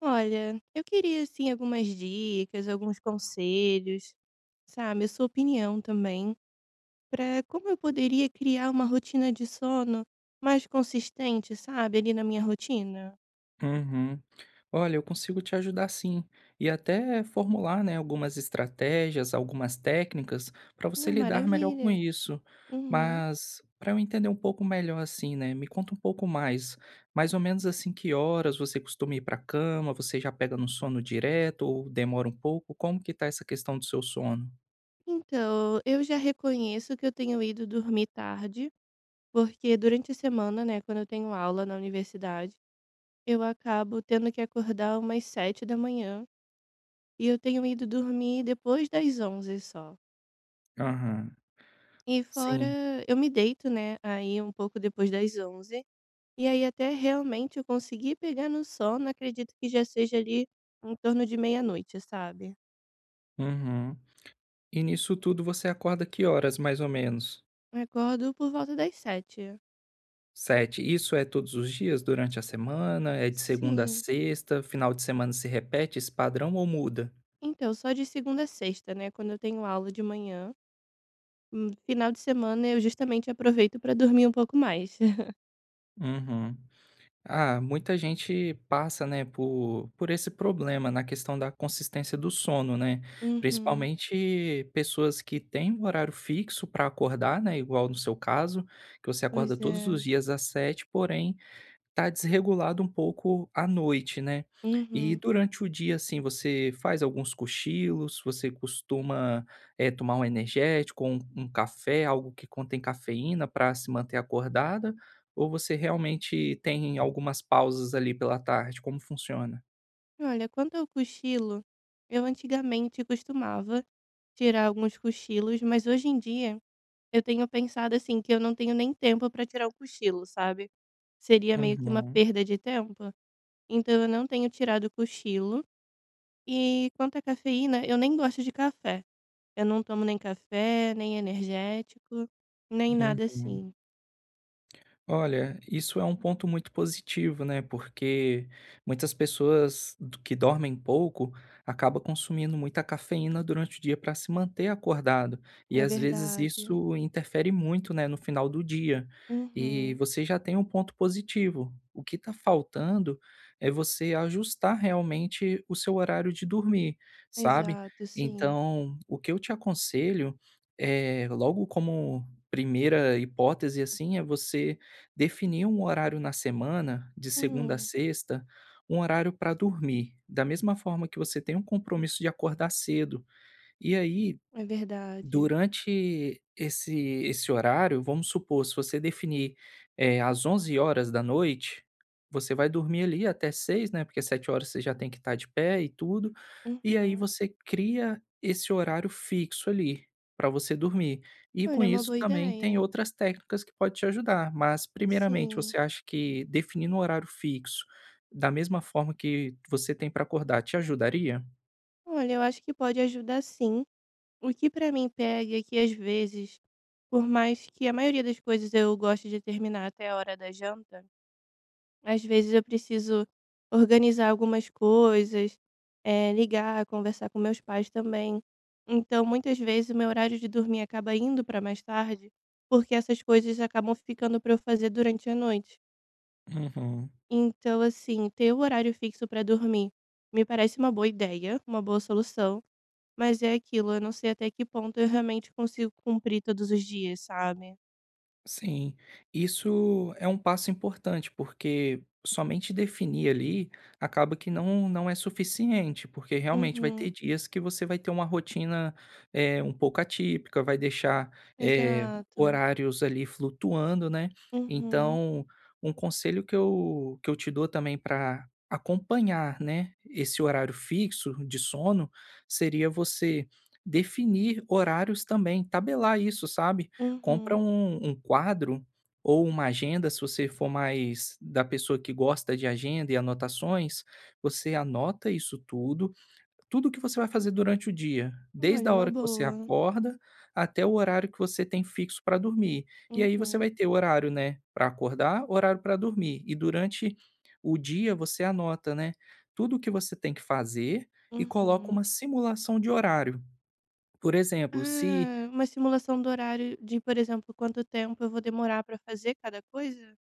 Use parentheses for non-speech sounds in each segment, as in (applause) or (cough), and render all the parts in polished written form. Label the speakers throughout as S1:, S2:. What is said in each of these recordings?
S1: Olha, eu queria assim algumas dicas, alguns conselhos, sabe, a sua opinião também, para como eu poderia criar uma rotina de sono mais consistente, sabe, ali na minha rotina.
S2: Uhum. Olha, eu consigo te ajudar sim, e até formular, né, algumas estratégias, algumas técnicas para você
S1: Uma
S2: lidar melhor com
S1: maravilha.
S2: isso.
S1: Uhum.
S2: Mas para eu entender um pouco melhor assim, né, me conta um pouco mais, mais ou menos assim, que horas você costuma ir para cama? Você já pega no sono direto ou demora um pouco? Como que tá essa questão do seu sono?
S1: Então, eu já reconheço que eu tenho ido dormir tarde, porque durante a semana, né, quando eu tenho aula na universidade, eu acabo tendo que acordar umas 7 da manhã e eu tenho ido dormir depois das 11 só.
S2: Aham,
S1: E fora
S2: sim.
S1: eu me deito, né, aí um pouco depois das 11 e aí até realmente eu conseguir pegar no sono, acredito que já seja ali em torno de meia-noite, sabe.
S2: Uhum. E nisso tudo você acorda que horas, mais ou menos?
S1: Acordo por volta das 7.
S2: Sete. Isso é todos os dias durante a semana? É de segunda a
S1: Sim.
S2: sexta? Final de semana se repete esse padrão ou muda?
S1: Então, só de segunda a sexta, né, quando eu tenho aula de manhã. Final de semana eu justamente aproveito para dormir um pouco mais. (laughs)
S2: Uhum. Ah, muita gente passa, né, por esse problema na questão da consistência do sono, né?
S1: Uhum.
S2: Principalmente pessoas que têm um horário fixo para acordar, né? Igual no seu caso, que você acorda
S1: Pois
S2: todos os
S1: é.
S2: dias às 7, porém tá desregulado um pouco à noite, né. E
S1: Uhum.
S2: durante o dia, assim, você faz alguns cochilos, você costuma, tomar um energético um café, algo que contém cafeína para se manter acordada, ou você realmente tem algumas pausas ali pela tarde, como funciona?
S1: Olha, quanto ao cochilo, eu antigamente costumava tirar alguns cochilos, mas hoje em dia eu tenho pensado, assim, que eu não tenho nem tempo para tirar o cochilo, sabe. Seria meio que uma
S2: Uhum,
S1: perda de tempo, então eu não tenho tirado o cochilo. E quanto à cafeína, eu nem gosto de café. Eu não tomo nem café, nem energético, nem nada
S2: uhum.
S1: assim.
S2: Olha, isso é um ponto muito positivo, né? Porque muitas pessoas que dormem pouco acabam consumindo muita cafeína durante o dia para se manter acordado. E
S1: É
S2: às vezes
S1: verdade.
S2: isso interfere muito, né, no final do dia. E
S1: Uhum.
S2: você já tem um ponto positivo. O que está faltando é você ajustar realmente o seu horário de dormir, sabe?
S1: Exato, sim.
S2: Então, o que eu te aconselho é, logo como primeira hipótese, assim, é você definir um horário na semana, de segunda a
S1: Hum,
S2: sexta, um horário para dormir, da mesma forma que você tem um compromisso de acordar cedo. E aí,
S1: é verdade.
S2: durante esse horário, vamos supor, se você definir, às 11 horas da noite, você vai dormir ali até seis, né, porque 7 horas você já tem que estar de pé e tudo, e aí
S1: Uhum.
S2: você cria esse horário fixo ali, para você dormir. E com
S1: Olha, é uma
S2: isso
S1: boa
S2: também tem
S1: ideia.
S2: outras técnicas que pode te ajudar, mas primeiramente
S1: Sim.
S2: você acha que definindo um horário fixo, da mesma forma que você tem para acordar, te ajudaria?
S1: Olha, eu acho que pode ajudar sim. O que pra mim pega é que às vezes, por mais que a maioria das coisas eu goste de terminar até a hora da janta, às vezes eu preciso organizar algumas coisas, ligar, conversar com meus pais também. Então, muitas vezes o meu horário de dormir acaba indo pra mais tarde, porque essas coisas acabam ficando pra eu fazer durante a noite.
S2: Uhum.
S1: Então, assim, ter o horário fixo pra dormir me parece uma boa ideia, uma boa solução. Mas é aquilo, eu não sei até que ponto eu realmente consigo cumprir todos os dias, sabe?
S2: Sim, isso é um passo importante, porque somente definir ali acaba que não, não é suficiente, porque realmente vai ter
S1: Uhum,
S2: dias que você vai ter uma rotina é, um pouco atípica, vai deixar é,
S1: exato.
S2: horários ali flutuando, né?
S1: Uhum,
S2: Então, um conselho que eu te dou também para acompanhar, né, esse horário fixo de sono seria você definir horários também, tabelar isso, sabe? Compra
S1: uhum.
S2: um quadro ou uma agenda, se você for mais da pessoa que gosta de agenda e anotações, você anota isso tudo, tudo que você vai fazer durante o dia, desde
S1: Olha,
S2: a
S1: uma
S2: hora que você
S1: boa.
S2: acorda até o horário que você tem fixo para dormir. E aí você
S1: Uhum,
S2: vai ter horário, né, para acordar, horário para dormir e durante o dia você anota, né, tudo o que você tem que fazer e coloca
S1: uhum.
S2: uma simulação de horário. Por exemplo, se...
S1: Ah, uma simulação do horário de, por exemplo, quanto tempo eu vou demorar pra fazer cada coisa?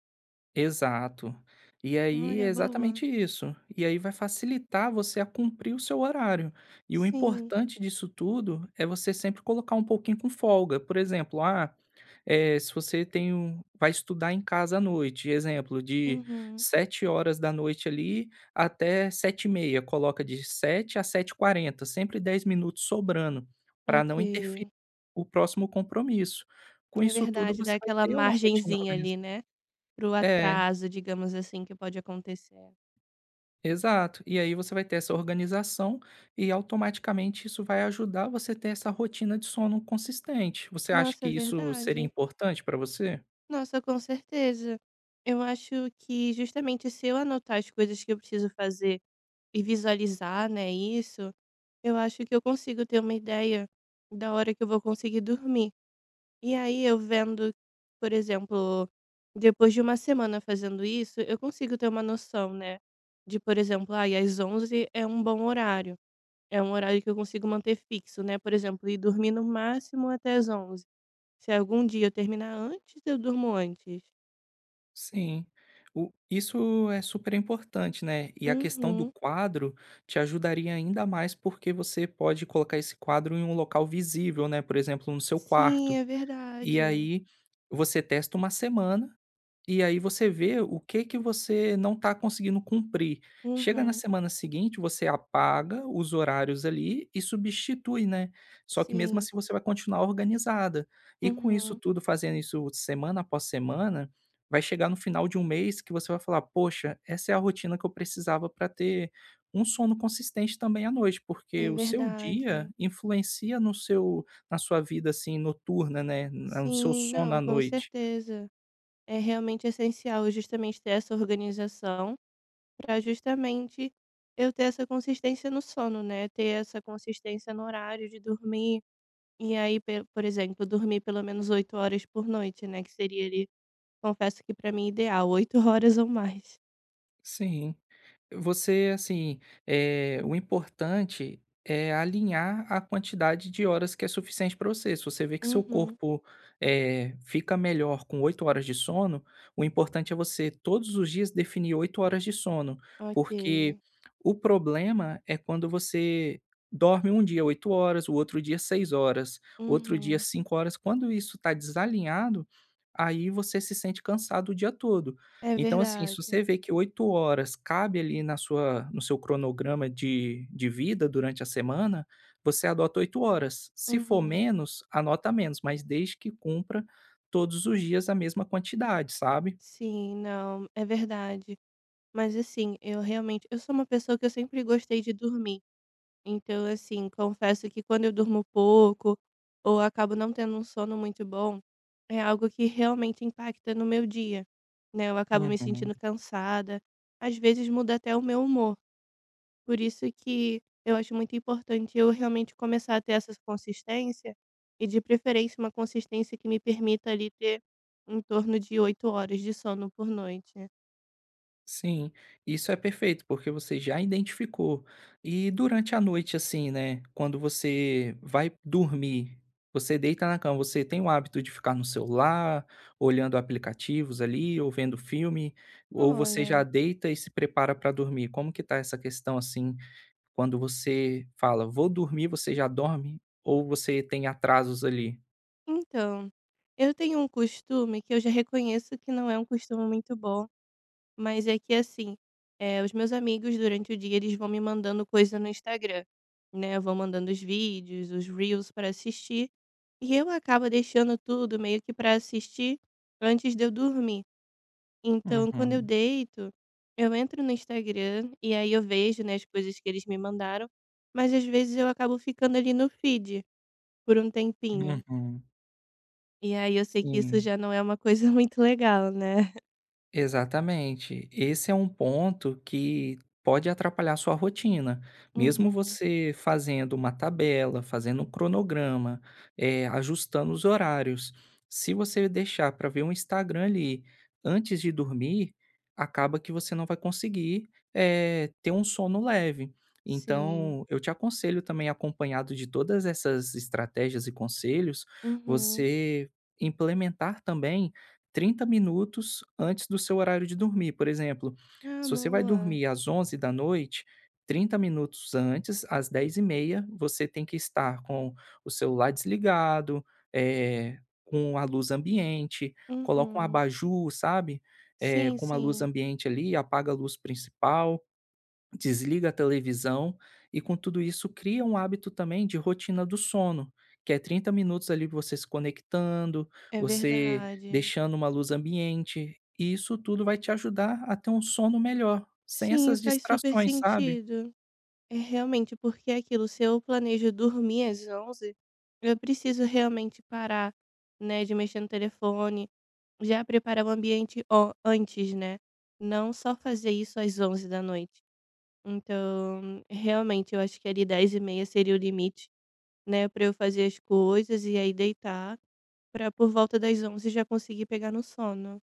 S2: Exato. E aí é
S1: Olha, boa.
S2: exatamente isso. E aí vai facilitar você a cumprir o seu horário. E o
S1: Sim.
S2: importante disso tudo é você sempre colocar um pouquinho com folga. Por exemplo, se você tem um vai estudar em casa à noite, exemplo, de
S1: Uhum.
S2: 7 horas da noite ali até 7h30, coloca de sete a sete h 40 sempre 10 minutos sobrando, para
S1: Ok.
S2: não interferir o próximo compromisso. Com
S1: É
S2: isso tudo,
S1: verdade,
S2: você
S1: dá
S2: vai
S1: aquela
S2: ter uma rotina
S1: margenzinha ali,
S2: organizada.
S1: né? Pro
S2: É.
S1: atraso, digamos assim, que pode acontecer.
S2: Exato. E aí você vai ter essa organização e automaticamente isso vai ajudar você a ter essa rotina de sono consistente. Você acha
S1: Nossa,
S2: que
S1: é
S2: isso seria
S1: verdade.
S2: importante para você?
S1: Nossa, com certeza. Eu acho que justamente se eu anotar as coisas que eu preciso fazer e visualizar, né, isso, eu acho que eu consigo ter uma ideia da hora que eu vou conseguir dormir. E aí eu vendo, por exemplo, depois de uma semana fazendo isso, eu consigo ter uma noção, né, de, por exemplo, ai, às 11 é um bom horário. É um horário que eu consigo manter fixo, né? Por exemplo, ir dormir no máximo até às 11. Se algum dia eu terminar antes, eu durmo antes.
S2: Sim. Isso é super importante, né? E a questão do
S1: Uhum.
S2: quadro te ajudaria ainda mais porque você pode colocar esse quadro em um local visível, né? Por exemplo, no seu
S1: Sim,
S2: quarto.
S1: é
S2: E
S1: verdade.
S2: aí você testa uma semana e aí você vê o que que você não está conseguindo cumprir. Chega na
S1: Uhum.
S2: semana seguinte, você apaga os horários ali e substitui, né. Só que mesmo
S1: Sim.
S2: assim você vai continuar organizada. E com isso
S1: Uhum.
S2: tudo, fazendo isso semana após semana, vai chegar no final de um mês que você vai falar: "Poxa, essa é a rotina que eu precisava para ter um sono consistente também à noite",
S1: É
S2: porque o seu dia
S1: verdade.
S2: influencia no seu na sua vida, assim, noturna, né, no seu
S1: Sim,
S2: sono
S1: não,
S2: à
S1: com
S2: noite.
S1: certeza. É realmente essencial justamente ter essa organização para justamente eu ter essa consistência no sono, né? Ter essa consistência no horário de dormir. E aí, por exemplo, dormir pelo menos 8 horas por noite, né? Que seria ali, confesso que para mim ideal, 8 horas ou mais.
S2: Sim. Você, assim, o importante é alinhar a quantidade de horas que é suficiente para você. Se você vê que seu
S1: Uhum.
S2: corpo, fica melhor com 8 horas de sono, o importante é você todos os dias definir 8 horas de sono, porque
S1: Ok.
S2: o problema é quando você dorme um dia 8 horas, o outro dia 6 horas, outro dia
S1: Uhum.
S2: 5 horas. Quando isso está desalinhado, aí você se sente cansado o dia todo.
S1: É
S2: Então, assim, se
S1: verdade.
S2: você vê que 8 horas cabe ali na sua no seu cronograma de vida durante a semana, você adota 8 horas. Se for
S1: Uhum.
S2: menos, anota menos, mas desde que cumpra todos os dias a mesma quantidade, sabe?
S1: Sim, não, é verdade. Mas assim, eu realmente eu sou uma pessoa que eu sempre gostei de dormir. Então, assim, confesso que quando eu durmo pouco ou acabo não tendo um sono muito bom, é algo que realmente impacta no meu dia, né? Eu acabo me
S2: Uhum.
S1: sentindo cansada, às vezes muda até o meu humor. Por isso que eu acho muito importante eu realmente começar a ter essa consistência e, de preferência, uma consistência que me permita ali ter em torno de 8 horas de sono por noite.
S2: Sim, isso é perfeito, porque você já identificou. E durante a noite, assim, né? Quando você vai dormir, você deita na cama, você tem o hábito de ficar no celular, olhando aplicativos ali, ou vendo filme, ou você já
S1: Olha,
S2: deita e se prepara para dormir? Como que tá essa questão assim? Quando você fala, vou dormir, você já dorme? Ou você tem atrasos ali?
S1: então, eu tenho um costume que eu já reconheço que não é um costume muito bom. Mas é que assim, os meus amigos durante o dia eles vão me mandando coisa no Instagram, né, vão mandando os vídeos, os reels para assistir, e eu acabo deixando tudo meio que para assistir antes de eu dormir. Então quando eu
S2: Uhum,
S1: deito, eu entro no Instagram e aí eu vejo, né, as coisas que eles me mandaram, mas às vezes eu acabo ficando ali no feed por um tempinho.
S2: uhum,
S1: E aí eu sei que isso
S2: sim.
S1: já não é uma coisa (laughs) muito legal, né.
S2: Exatamente. Esse é um ponto que pode atrapalhar sua rotina. Mesmo
S1: Uhum.
S2: você fazendo uma tabela, fazendo um cronograma, ajustando os horários, se você deixar para ver um Instagram ali antes de dormir, acaba que você não vai conseguir, ter um sono leve.
S1: Sim.
S2: Então, eu te aconselho também, acompanhado de todas essas estratégias e conselhos,
S1: Uhum.
S2: você implementar também 30 minutos antes do seu horário de dormir. Por exemplo,
S1: Ah,
S2: se você vai
S1: boa.
S2: dormir às 11 da noite, 30 minutos antes, às 10h30, você tem que estar com o celular desligado, eh, com a luz ambiente, coloca um
S1: Uhum.
S2: abajur, sabe,
S1: Sim,
S2: com uma luz
S1: sim,
S2: ambiente ali, apaga a luz principal, desliga a televisão e com tudo isso cria um hábito também de rotina do sono, que é 30 minutos ali você se conectando,
S1: é
S2: você
S1: verdade.
S2: deixando uma luz ambiente, e isso tudo vai te ajudar a ter um sono melhor, sem
S1: Sim,
S2: essas
S1: faz super
S2: distrações, sabe?
S1: sentido. É realmente porque é aquilo, se eu planejo dormir às 11, eu preciso realmente parar, né, de mexer no telefone, já preparar o ambiente ó, antes, né? Não só fazer isso às 11 da noite. Então, realmente, eu acho que ali 10:30 seria o limite, né, pra eu fazer as coisas e aí deitar, pra por volta das 11 já conseguir pegar no sono.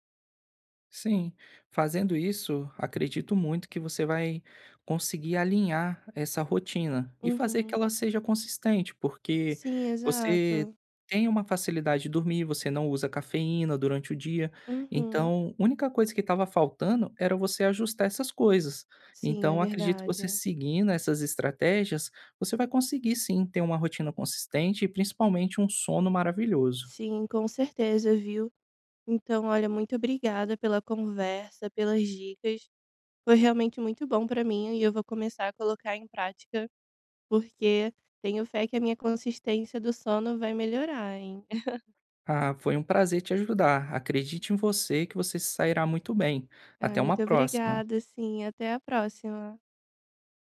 S2: Sim, fazendo isso, acredito muito que você vai conseguir alinhar essa rotina e fazer que
S1: Uhum.
S2: ela seja consistente, porque
S1: Sim,
S2: você
S1: exato.
S2: tem uma facilidade de dormir, você não usa cafeína durante o dia.
S1: Uhum.
S2: Então, a única coisa que estava faltando era você ajustar essas coisas.
S1: Sim, é
S2: Então, acredito que você
S1: verdade.
S2: seguindo essas estratégias, você vai conseguir sim ter uma rotina consistente e principalmente um sono maravilhoso.
S1: Sim, com certeza, viu. Então, olha, muito obrigada pela conversa, pelas dicas. Foi realmente muito bom pra mim e eu vou começar a colocar em prática, porque tenho fé que a minha consistência do sono vai melhorar, hein. (laughs)
S2: Ah, foi um prazer te ajudar. Acredite em você que você se sairá muito bem.
S1: Ai,
S2: Até
S1: muito
S2: uma próxima.
S1: obrigada, sim. Até a próxima.